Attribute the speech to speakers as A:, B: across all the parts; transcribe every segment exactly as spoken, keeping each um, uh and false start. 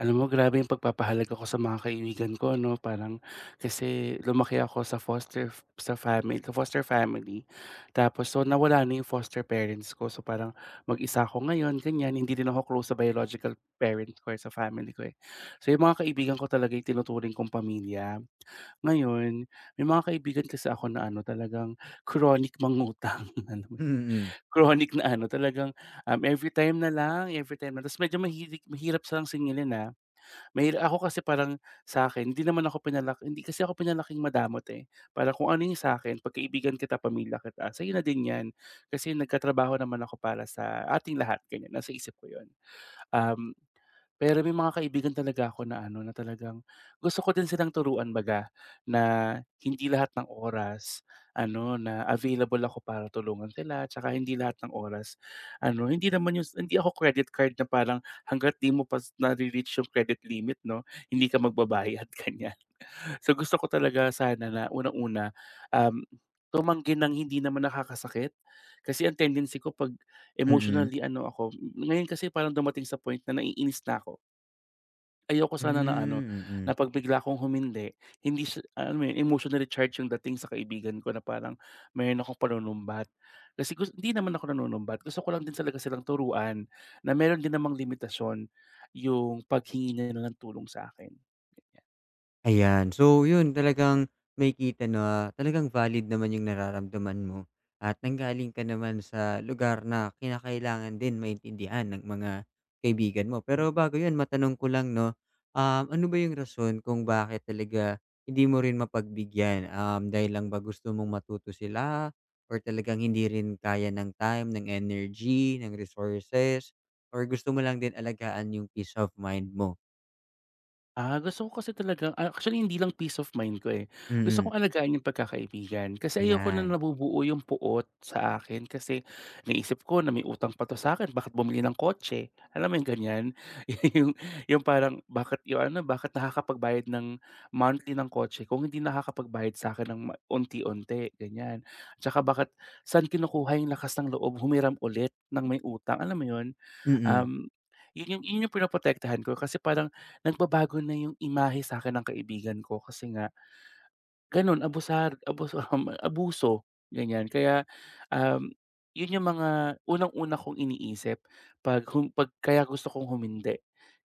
A: Alam mo, grabe yung pagpapahalaga ko sa mga kaibigan ko, 'no? Parang kasi lumaki ako sa foster f sa family sa foster family. Tapos, so nawala na yung foster parents ko. So parang mag-isa ako ngayon, ganyan. Hindi din ako close sa biological parent ko or sa family ko, eh. So yung mga kaibigan ko talaga yung tinuturing kong pamilya. Ngayon, may mga kaibigan kasi ako na ano, talagang chronic mangutang, alam mo yun?
B: Mm, mm.
A: Chronic na ano, talagang, um, every time na lang, every time na, tapos medyo mahilig mahirap silang singilin, ah. Mahi ako kasi parang sa akin, hindi naman ako pinalaki hindi kasi ako pinalaking madamot, eh. Para kung ano yung sa'kin, 'pag kaibigan kita, pamilya kita, sa'yo na din 'yan. Kasi nagkatrabaho naman ako para sa ating lahat, ganyan. Nasa isip ko 'yun. Um, Pero may mga kaibigan talaga ako na ano, na talagang gusto ko din silang turuan, baga, na hindi lahat ng oras ano, na available ako para tulungan sila, tsaka hindi lahat ng oras ano, hindi naman yung hindi ako credit card na parang hangga't 'di mo pa nare-reach yung credit limit, 'no, hindi ka magbabayad. Kanya, so gusto ko talaga sana na unang-una, um, tumanggi ng hindi naman nakakasakit. Kasi ang tendency ko 'pag
B: Hmm, mm.
A: emotionally ano ako, ngayon kasi parang dumating sa point na naiinis na ako. Ayoko sana na ano,
B: Hmm,
A: na 'pag bigla akong humindi, hindi siya, alam mo 'yun, emotionally charged yung dating sa kaibigan ko na parang meron akong panunumbat. Kasi gus hindi naman ako nanunumbat, gusto ko lang din talaga silang turuan na meron din namang limitasyon yung paghingi nila ng tulong sa akin.
B: Ayan. So, yun talagang may kita na talagang valid naman yung nararamdaman mo at nanggaling ka naman sa lugar na kinakailangan din maintindihan ng mga kaibigan mo. Pero bago yun, matanong ko lang, no, um, ano ba yung rason kung bakit talaga hindi mo rin mapagbigyan? Um, dahil lang ba gusto mong matuto sila? Or talagang hindi rin kaya ng time, ng energy, ng resources? Or gusto mo lang din alagaan yung peace of mind mo?
A: Ah, gusto ko kasi talaga, ah, actually hindi lang peace of mind ko, eh. Gusto
B: Mm-mm.
A: kong alagaan yung pagkakaibigan, kasi ayoko na
B: Ayan.
A: nabubuo yung puot sa akin kasi naisip ko na may utang pa 'to sa akin, bakit bumili ng kotse, alam mo yung ganyan? Yung yung parang, bakit yung ano, bakit nakakapagbayad ng monthly ng kotse kung hindi nakakapagbayad sa akin ng ma unti-unti, ganyan. Tsaka bakit saan kinukuha yung lakas ng loob humiram ulit ng may utang, alam mo yun?
B: Mm-mm.
A: Um, yun yung yun yung pinoprotektahan ko, kasi parang nagbabago na yung imahe sa'kin ng kaibigan ko kasi nga gano'n, abusar abuso, abuso, ganyan. Kaya, um, yun yung mga unang-una kong iniisip 'pag hum 'pag kaya gusto kong humindi.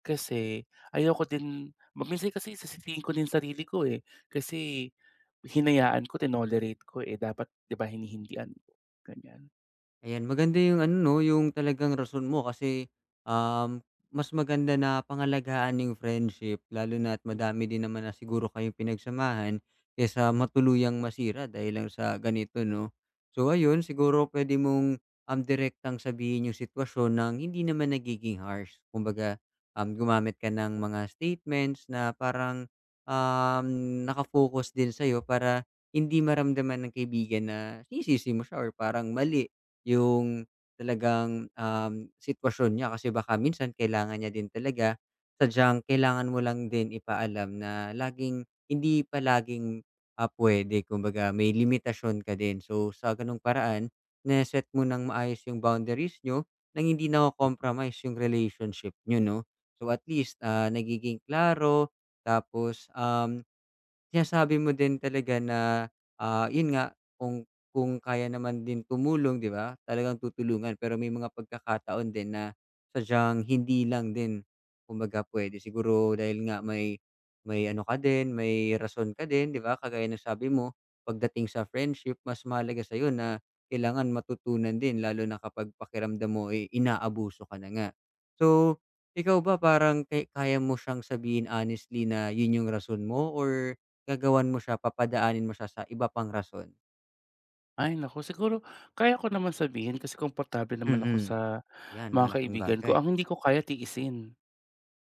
A: Kasi ayoko din ma minsan kasi sisisihin ko din sarili ko, eh. Kasi hinayaan ko, tinolerate ko, eh, dapat 'di ba hinihindian ko, ganyan.
B: Ayan, maganda yung ano 'no, yung talagang rason mo kasi, um, mas maganda na pangalagaan yung friendship lalo na't madami din naman na siguro kayong pinagsamahan kaysa matuluyang masira dahil lang sa ganito 'no. So ayun, siguro pwede mong, um, direktang sabihin yung sitwasyon ng hindi naman nagiging harsh. Kumbaga, um, gumamit ka ng mga statements na parang, um, naka-focus din sa'yo para hindi maramdaman ng kaibigan na sinisisi mo siya or parang mali yung talagang, um, sitwasyon niya kasi baka minsan kailangan niya din talaga. Sadyang kailangan mo lang din ipaalam na laging hindi palaging, ah, puwede kumbaga may limitasyon ka din. So, sa gano'ng paraan na-set mo ng maayos yung boundaries niyo nang hindi nako-compromise yung relationship niyo 'no. So, at least, ah, nagiging klaro tapos, um Sinasabi mo din talaga na, ah, yun nga kung kung kaya naman din tumulong, 'di ba, talagang tutulungan. Pero may mga pagkakataon din na sadyang hindi lang din kumbaga puwede. Siguro dahil nga may may ano ka din, may rason ka din, 'di ba, kagaya ng sabi mo pagdating sa friendship mas mahalaga sa'yo na kailangan matutunan din lalo na kapag pakiramdam mo, eh, inaabuso ka na nga. So, ikaw ba parang kay kaya mo siyang sabihin honestly na yun yung rason mo or Gagawan mo siya, papadaanin mo siya sa iba pang rason.
A: Ay naku, siguro kaya ko naman sabihin kasi komportable naman ako
B: Mm.
A: sa
B: 'Yan,
A: mga
B: malaking
A: kaibigan ko.
B: bagay.
A: Ang hindi ko kaya tiisin.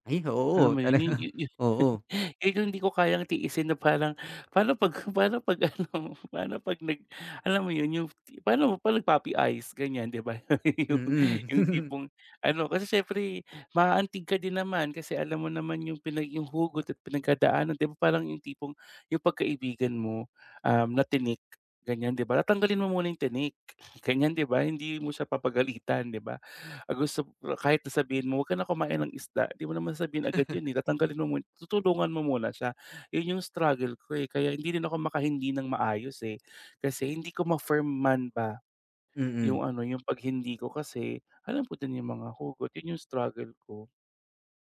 B: Ay,
A: Alam
B: oo
A: mo
B: talaga,
A: yun, yun yun yun.
B: oo.
A: Yun yung hindi ko kayang tiisin na parang, paano 'pag, paano 'pag ano, paano 'pag nag alam mo yun, yung ti- paano 'pag nag-puppy eyes, ganyan, 'di ba? Yung yung
B: Mm.
A: tipong ano, kasi siyempre maaantig ka din naman kasi alam mo naman yung, pinag yung hugot at pinagdadaanan, 'di ba? Parang yung tipong yung pagkaibigan mo, um, na tinik, ganyan, 'di ba? Tatanggalin mo muna yung tinik, ganyan, 'di ba? Hindi mo siya papagalitan, 'di ba? Ah, gusto, kahit na sabihin mo, "Huwag ka na kumain ng isda," 'di mo naman sasabihin agad yun, eh. Tatanggalin mo mun tutulungan mo muna siya. Yun yung struggle ko, eh, kaya hindi rin ako makahindi ng maayos, eh. Kasi hindi ko ma-firm man ba
B: Mm.
A: yung ano, yung paghindi ko, kasi alam ko din yung mga hugot. Yun yung struggle ko.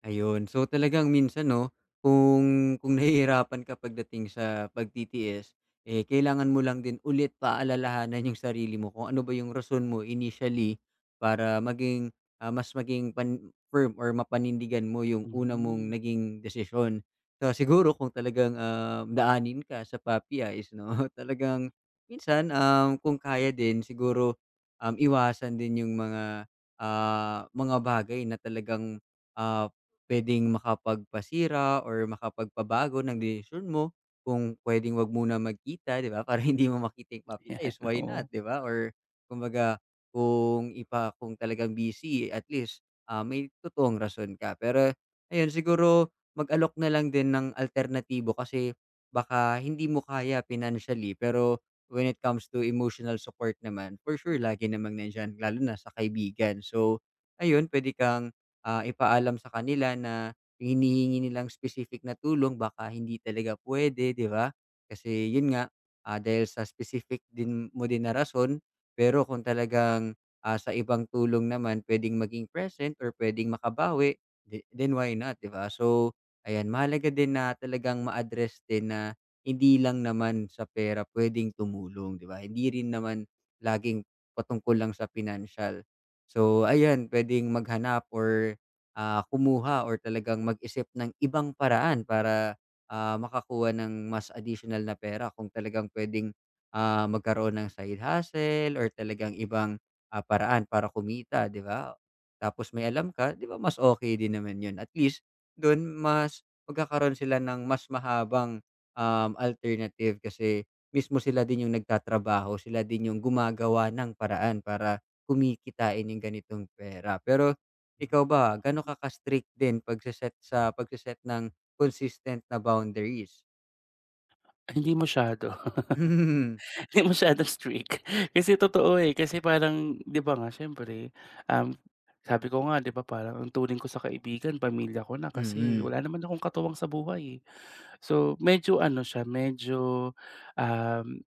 B: Ayun. So, talagang minsan 'no, kung kung nahihirapan ka pagdating sa pagtitiis, eh, kailangan mo lang din ulit paalalahanan yung sarili mo kung ano ba yung rason mo initially para maging, ah, mas maging pan firm or mapanindigan mo yung una mong
A: Hmm.
B: naging desisyon. So, siguro kung talagang, ah, daanin ka sa puppy eyes 'no, talagang minsan, um, kung kaya din siguro, um, iwasan din yung mga, ah, mga bagay na talagang, ah puwedeng makapagpasira or makapagpabago ng desisyon mo kung puwedeng 'wag muna magkita, 'di ba? Para hindi mo makita yung puppy
A: 'Yan,
B: eyes, why not,
A: oo.
B: 'di ba? Or kumbaga kung ipa kung talagang busy at least, ah, may totoong rason ka. Pero ayun, siguro mag-alok na lang din ng alternatibo kasi baka hindi mo kaya financially, pero when it comes to emotional support naman, for sure lagi namang nandiyan lalo na sa kaibigan. So ayun, puwede kang ah, ipaalam sa kanila na yung hinihingi nilang specific na tulong baka hindi talaga pwede, 'di ba? Kasi yun nga, ah, dahil sa specific din mo din na rason, pero kung talagang, ah, sa ibang tulong naman puwedeng maging present or puwedeng makabawi, the then why not, 'di ba? So, ayan mahalaga din na talagang ma-address din na hindi lang naman sa pera puwedeng tumulong, 'di ba? Hindi rin naman laging patungkol lang sa financial. So, ayan puwedeng maghanap or Ah, kumuha or talagang mag-isip ng ibang paraan para, ah, makakuha ng mas additional na pera kung talagang puwedeng, ah, magkaroon ng side hustle or talagang ibang, ah, paraan para kumita, 'di ba? Tapos may alam ka, 'di ba mas okay din naman 'yun. At least do'n mas magkakaroon sila ng mas mahabang, um, alternative kasi mismo sila din 'yung nagtatrabaho, sila din 'yung gumagawa ng paraan para kumikitain 'yung ganitong pera. Pero ikaw
A: Hmm,
B: ba, ganon ka ka-strict din pagse-set sa pagse-set ng consistent na boundaries?
A: hindi masyado. Hindi masyadong strict. Kasi totoo, eh, kasi parang 'di ba nga siyempre, um, sabi ko nga, 'di ba, parang ang turing ko sa kaibigan, pamilya ko na,
B: Mhm.
A: kasi
B: Mm.
A: wala naman akong katuwang sa buhay, eh. So medyo ano siya, medyo, um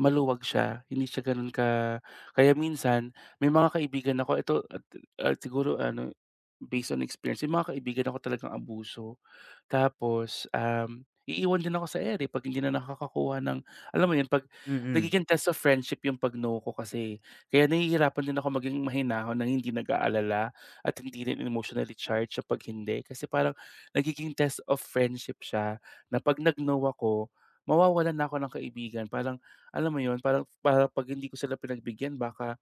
A: Maluwag siya, hindi siya gano'n ka kaya minsan may mga kaibigan ako ito at at siguro ano, based on experience, may mga kaibigan ako talagang abuso. Tapos, um, iiwan din ako sa ere 'pag hindi na nakakakuha ng, alam mo 'yun, 'pag
B: Mm.
A: nagiging test of friendship yung 'pag no ko kasi. Kaya nahihirapan din ako maging mahinahon ng hindi nag-aalala at hindi rin emotionally charged sa pag hindi. Kasi parang nagiging test of friendship siya na 'pag nag-no ako, mawawalan na ako ng kaibigan. Parang, alam mo 'yun, parang para 'pag hindi ko sila pinagbigyan, baka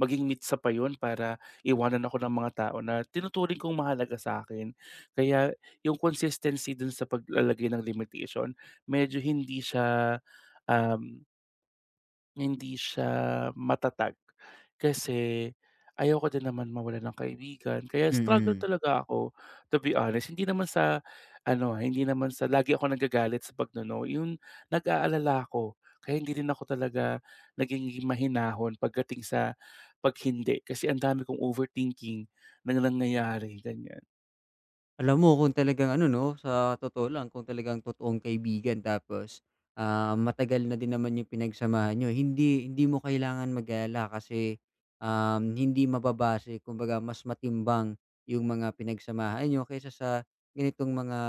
A: maging mitsa pa 'yun para iwanan ako ng mga tao na tinuturing kong mahalaga sa akin. Kaya yung consistency dun sa paglalagay ng limitation, medyo hindi siya, um hindi siya matatag, kasi ayoko din naman mawalan ng kaibigan, kaya struggle
B: Mm.
A: talaga ako to be honest. Hindi naman sa ano, ah, hindi naman sa lagi ako nagagalit sa pagno-no, yung nag-aalala ako kaya hindi rin ako talaga naging mahinahon pagdating sa 'pag, kasi ang dami kong overthinking na nangyayari, ganyan.
B: Alam mo kung talagang ano 'no, sa totoo lang kung talagang totoong kaibigan tapos, ah, matagal na din naman yung pinagsamahan nyo hindi hindi mo kailangan mag-alala kasi, um, hindi mababase kumbaga mas matimbang yung mga pinagsamahan nyo kaysa sa ganitong mga,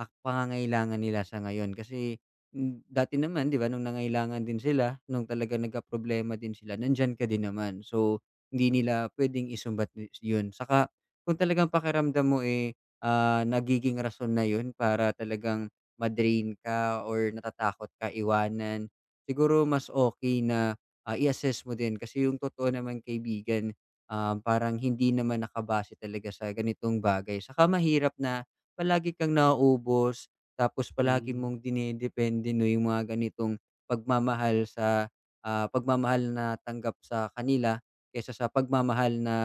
B: ah, pangangailangan nila sa ngayon. Kasi, hmm, dati naman 'di ba nung nangailangan din sila, nung talagang problema din sila, nandiyan ka din naman. So, hindi nila puwedeng isumbat ni- yun. Saka kung talagang pakiramdam mo, eh ah, nagiging rason na yun para talagang ma-drain ka or natatakot ka iwanan, siguro mas okay na, ah, i-assess mo din kasi yung totoo naman kaibigan, um, parang hindi naman nakabase talaga sa ganitong bagay. Saka mahirap na palagi kang nauubos tapos palagi
A: Hmm.
B: mong dinedepende 'no, yung mga ganitong pagmamahal sa, ah, pagmamahal na tanggap sa kanila kaysa sa pagmamahal na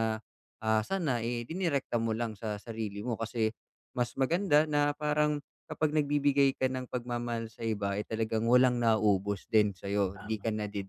B: Ah, sana, eh, dinirekta mo lang sa sarili mo kasi mas maganda na parang kapag nagbibigay ka ng pagmamahal sa iba, eh, talagang walang nauubos din sa'yo, hindi
A: Tama.
B: ka nade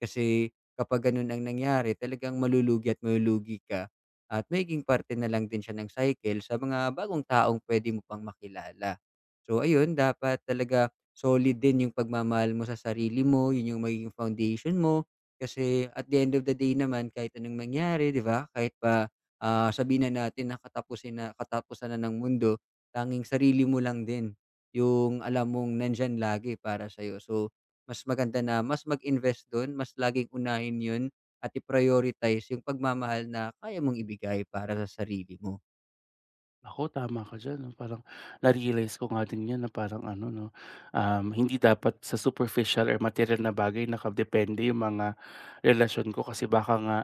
B: Kasi kapag ganun ang nangyari, talagang malulugi at malulugi ka at magiging parte na lang din siya ng cycle sa mga bagong taong pwede mo pang makilala. So ayun, dapat talaga solid din yung pagmamahal mo sa sarili mo, yun yung magiging foundation mo, kasi at the end of the day naman kahit anong mangyari, 'di ba? Kahit pa, ah, sabihin na natin na katapusin na katapusan na ng mundo, tanging sarili mo lang din yung alam mong nandiyan lagi para sa'yo. So, mas maganda na mas mag-invest dun, mas laging unahin yun at i-prioritize yung pagmamahal na kaya mong ibigay para sa sarili mo.
A: ako tama ka diyan, 'no? Parang na-realize ko nga din 'yan na parang ano, 'no, um, hindi dapat sa superficial or material na bagay nakadepende yung mga relasyon ko, kasi baka nga,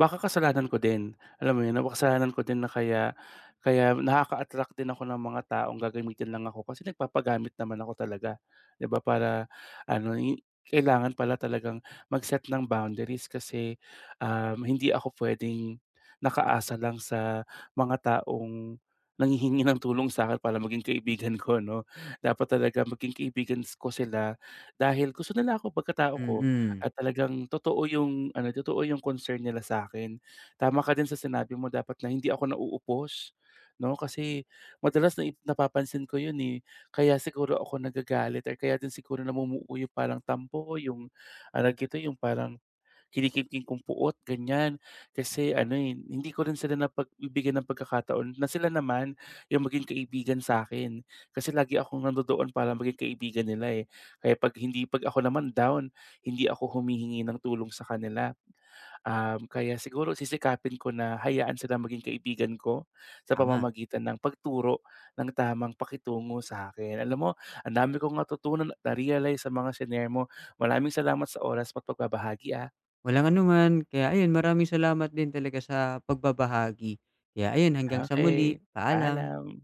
A: baka kasalanan ko din, alam mo yun, na kasalanan ko din na kaya kaya nakaka-attract din ako ng mga taong gagamitin lang ako kasi nagpapagamit naman ako talaga, 'di ba? Para ano, i kailangan pala talagang mag-set ng boundaries, kasi, um, hindi ako puwedeng nakaasa lang sa mga taong nanghihingi ng tulong sa'kin para maging kaibigan ko, 'no. Dapat talaga maging kaibigan s- ko sila dahil gusto nila ako, pagkatao ko,
B: Mm,
A: at talagang totoo yung ano, totoo yung concern nila sa'kin. Tama ka din sa sinabi mo, dapat na hindi ako nauupos, 'no, kasi madalas na napapansin ko yun, eh. Kaya siguro ako nagagalit, or kaya din siguro namumuo yung parang tampo, yung, ano tawag, yung parang kinikimkim kong puot, ganyan. Kasi ano, eh, hindi ko rin sila napagbibigyan ng pagkakataon na sila naman yung maging kaibigan sa akin. Kasi lagi akong nandodoon para maging kaibigan nila, eh. Kaya 'pag hindi, 'pag ako naman down, hindi ako humihingi ng tulong sa kanila. Um, kaya siguro sisikapin ko na hayaan silang maging kaibigan ko sa
B: tama.
A: pamamagitan ng pagturo ng tamang pakitungo sa akin. Alam mo, ang dami kong natutunan at na-realize sa mga shinare mo. Maraming salamat sa oras mo't pagbabahagi, ah.
B: Walang anuman. Kaya ayun, maraming salamat din talaga sa pagbabahagi. Kaya ayun, hanggang sa muli.
A: Okay,
B: Paalam.
A: paalam.